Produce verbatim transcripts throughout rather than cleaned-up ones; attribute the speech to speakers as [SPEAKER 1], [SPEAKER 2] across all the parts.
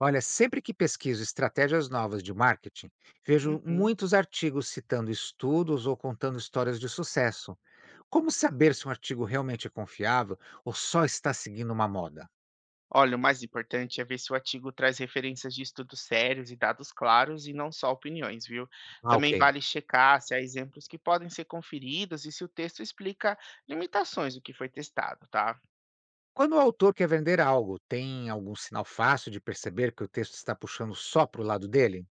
[SPEAKER 1] Olha, sempre que pesquiso estratégias novas de marketing, vejo
[SPEAKER 2] Uhum.
[SPEAKER 1] muitos artigos citando estudos ou contando histórias de sucesso. Como saber se um artigo realmente é confiável ou só está seguindo uma moda?
[SPEAKER 2] Olha, o mais importante é ver se o artigo traz referências de estudos sérios e dados claros e não só opiniões, viu?
[SPEAKER 1] Ah,
[SPEAKER 2] Também
[SPEAKER 1] ok.
[SPEAKER 2] vale checar se há exemplos que podem ser conferidos e se o texto explica limitações do que foi testado, tá?
[SPEAKER 1] Quando o autor quer vender algo, tem algum sinal fácil de perceber que o texto está puxando só para o lado dele?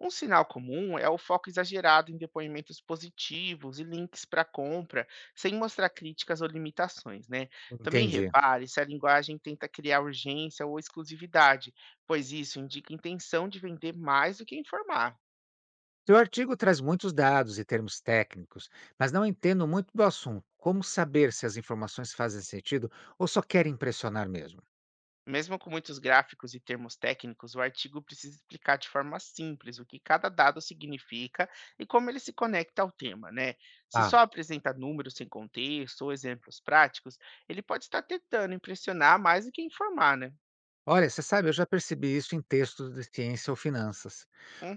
[SPEAKER 2] Um sinal comum é o foco exagerado em depoimentos positivos e links para compra, sem mostrar críticas ou limitações, né? Também
[SPEAKER 1] Entendi.
[SPEAKER 2] repare se a linguagem tenta criar urgência ou exclusividade, pois isso indica intenção de vender mais do que informar.
[SPEAKER 1] Seu artigo traz muitos dados e termos técnicos, mas não entendo muito do assunto, como saber se as informações fazem sentido ou só querem impressionar mesmo?
[SPEAKER 2] Mesmo com muitos gráficos e termos técnicos, o artigo precisa explicar de forma simples o que cada dado significa e como ele se conecta ao tema, né? Se
[SPEAKER 1] Ah.
[SPEAKER 2] só apresenta números sem contexto ou exemplos práticos, ele pode estar tentando impressionar mais do que informar, né?
[SPEAKER 1] Olha, você sabe, eu já percebi isso em textos de ciência ou finanças.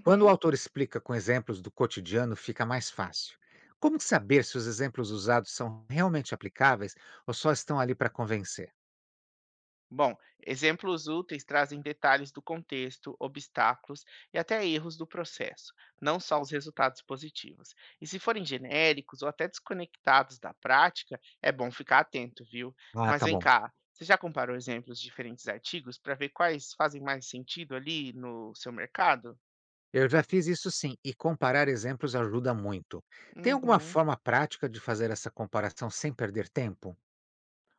[SPEAKER 1] Quando o autor explica com exemplos do cotidiano, fica mais fácil. Como saber se os exemplos usados são realmente aplicáveis ou só estão ali para convencer?
[SPEAKER 2] Bom, exemplos úteis trazem detalhes do contexto, obstáculos e até erros do processo, não só os resultados positivos. E se forem genéricos ou até desconectados da prática, é bom ficar atento, viu?
[SPEAKER 1] Ah,
[SPEAKER 2] Mas
[SPEAKER 1] tá
[SPEAKER 2] vem
[SPEAKER 1] bom.
[SPEAKER 2] cá, você já comparou exemplos de diferentes artigos para ver quais fazem mais sentido ali no seu mercado?
[SPEAKER 1] Eu já fiz isso sim, e comparar exemplos ajuda muito. Tem alguma
[SPEAKER 2] Uhum.
[SPEAKER 1] forma prática de fazer essa comparação sem perder tempo?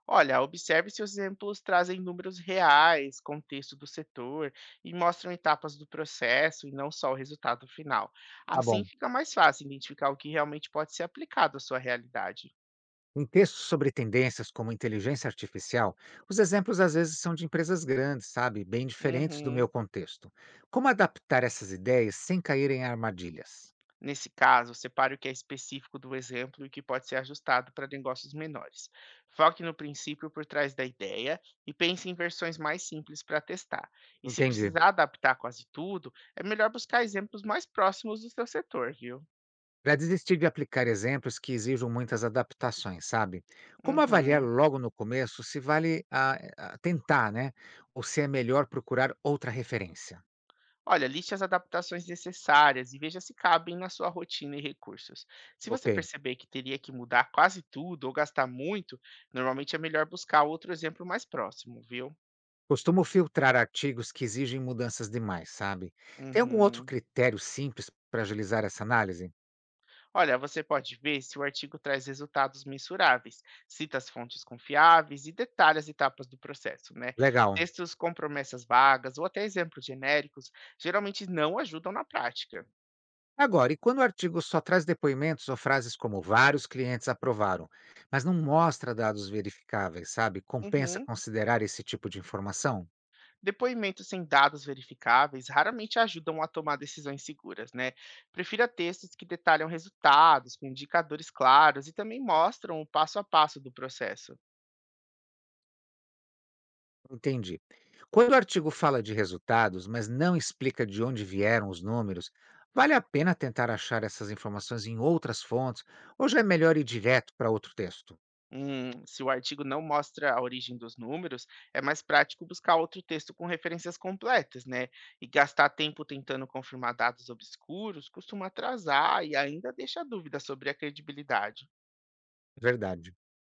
[SPEAKER 2] Olha, observe se os exemplos trazem números reais, contexto do setor e mostram etapas do processo e não só o resultado final.
[SPEAKER 1] Tá
[SPEAKER 2] Assim
[SPEAKER 1] bom.
[SPEAKER 2] fica mais fácil identificar o que realmente pode ser aplicado à sua realidade.
[SPEAKER 1] Em textos sobre tendências como inteligência artificial, os exemplos às vezes são de empresas grandes, sabe? Bem diferentes do meu
[SPEAKER 2] Uhum.
[SPEAKER 1] contexto. Como adaptar essas ideias sem cair em armadilhas?
[SPEAKER 2] Nesse caso, separe o que é específico do exemplo e o que pode ser ajustado para negócios menores. Foque no princípio por trás da ideia e pense em versões mais simples para testar. E se
[SPEAKER 1] Entendi.
[SPEAKER 2] precisar adaptar quase tudo, é melhor buscar exemplos mais próximos do seu setor, viu?
[SPEAKER 1] Para desistir de aplicar exemplos que exijam muitas adaptações, sabe? Como avaliar
[SPEAKER 2] Uhum.
[SPEAKER 1] logo no começo se vale a, a tentar, né? Ou se é melhor procurar outra referência?
[SPEAKER 2] Olha, liste as adaptações necessárias e veja se cabem na sua rotina e recursos. Se
[SPEAKER 1] Ok.
[SPEAKER 2] você perceber que teria que mudar quase tudo ou gastar muito, normalmente é melhor buscar outro exemplo mais próximo, viu?
[SPEAKER 1] Costumo filtrar artigos que exigem mudanças demais, sabe? Tem algum outro
[SPEAKER 2] Uhum.
[SPEAKER 1] critério simples para agilizar essa análise?
[SPEAKER 2] Olha, você pode ver se o artigo traz resultados mensuráveis, cita as fontes confiáveis e detalha as etapas do processo, né?
[SPEAKER 1] Legal.
[SPEAKER 2] Textos com promessas vagas ou até exemplos genéricos geralmente não ajudam na prática.
[SPEAKER 1] Agora, e quando o artigo só traz depoimentos ou frases como vários clientes aprovaram, mas não mostra dados verificáveis, sabe? Compensa
[SPEAKER 2] Uhum.
[SPEAKER 1] considerar esse tipo de informação?
[SPEAKER 2] Depoimentos sem dados verificáveis raramente ajudam a tomar decisões seguras, né? Prefira textos que detalham resultados, com indicadores claros e também mostram o passo a passo do processo.
[SPEAKER 1] Entendi. Quando o artigo fala de resultados, mas não explica de onde vieram os números, vale a pena tentar achar essas informações em outras fontes ou já é melhor ir direto para outro texto?
[SPEAKER 2] Hum, se o artigo não mostra a origem dos números, é mais prático buscar outro texto com referências completas, né? E gastar tempo tentando confirmar dados obscuros costuma atrasar e ainda deixa dúvidas sobre a credibilidade.
[SPEAKER 1] Verdade.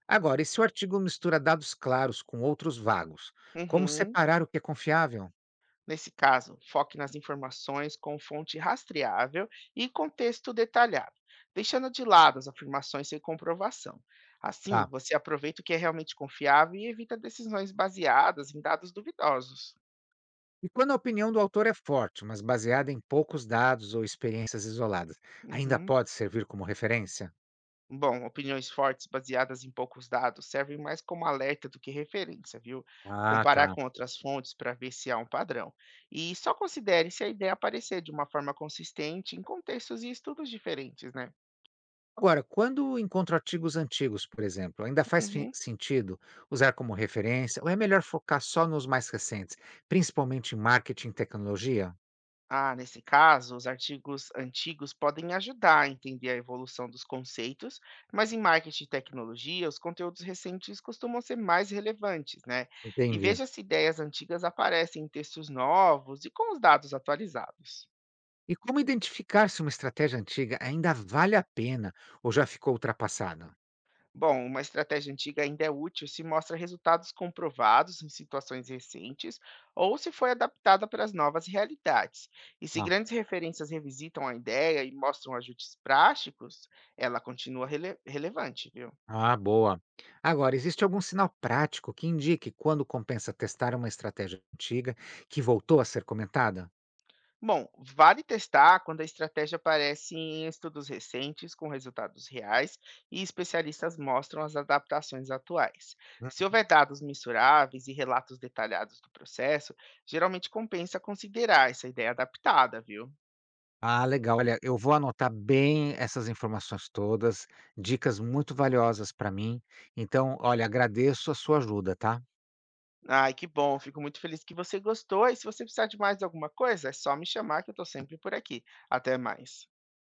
[SPEAKER 1] Agora, e se o artigo mistura dados claros com outros vagos? Como
[SPEAKER 2] Uhum.
[SPEAKER 1] separar o que é confiável?
[SPEAKER 2] Nesse caso, foque nas informações com fonte rastreável e contexto detalhado, deixando de lado as afirmações sem comprovação. Assim,
[SPEAKER 1] Tá.
[SPEAKER 2] você aproveita o que é realmente confiável e evita decisões baseadas em dados duvidosos.
[SPEAKER 1] E quando a opinião do autor é forte, mas baseada em poucos dados ou experiências isoladas, ainda
[SPEAKER 2] Uhum.
[SPEAKER 1] pode servir como referência?
[SPEAKER 2] Bom, opiniões fortes baseadas em poucos dados servem mais como alerta do que referência, viu?
[SPEAKER 1] Ah,
[SPEAKER 2] Comparar
[SPEAKER 1] tá.
[SPEAKER 2] com outras fontes para ver se há um padrão. E só considere se a ideia aparecer de uma forma consistente em contextos e estudos diferentes, né?
[SPEAKER 1] Agora, quando encontro artigos antigos, por exemplo, ainda faz fin-
[SPEAKER 2] Uhum.
[SPEAKER 1] sentido usar como referência ou é melhor focar só nos mais recentes, principalmente em marketing e tecnologia?
[SPEAKER 2] Ah, nesse caso, os artigos antigos podem ajudar a entender a evolução dos conceitos, mas em marketing e tecnologia, os conteúdos recentes costumam ser mais relevantes, né? E
[SPEAKER 1] Entendi.
[SPEAKER 2] veja se ideias antigas aparecem em textos novos e com os dados atualizados.
[SPEAKER 1] E como identificar se uma estratégia antiga ainda vale a pena ou já ficou ultrapassada?
[SPEAKER 2] Bom, uma estratégia antiga ainda é útil se mostra resultados comprovados em situações recentes ou se foi adaptada para as novas realidades. E se grandes referências revisitam a ideia e mostram ajustes práticos, ela continua rele- relevante, viu?
[SPEAKER 1] Ah, boa. Agora, existe algum sinal prático que indique quando compensa testar uma estratégia antiga que voltou a ser comentada?
[SPEAKER 2] Bom, vale testar quando a estratégia aparece em estudos recentes com resultados reais e especialistas mostram as adaptações atuais. Se
[SPEAKER 1] Hum.
[SPEAKER 2] houver dados mensuráveis e relatos detalhados do processo, geralmente compensa considerar essa ideia adaptada, viu?
[SPEAKER 1] Ah, legal. Olha, eu vou anotar bem essas informações todas, dicas muito valiosas para mim. Então, olha, agradeço a sua ajuda, tá?
[SPEAKER 2] Ai, que bom, fico muito feliz que você gostou. E se você precisar de mais alguma coisa, é só me chamar que eu estou sempre por aqui. Até mais.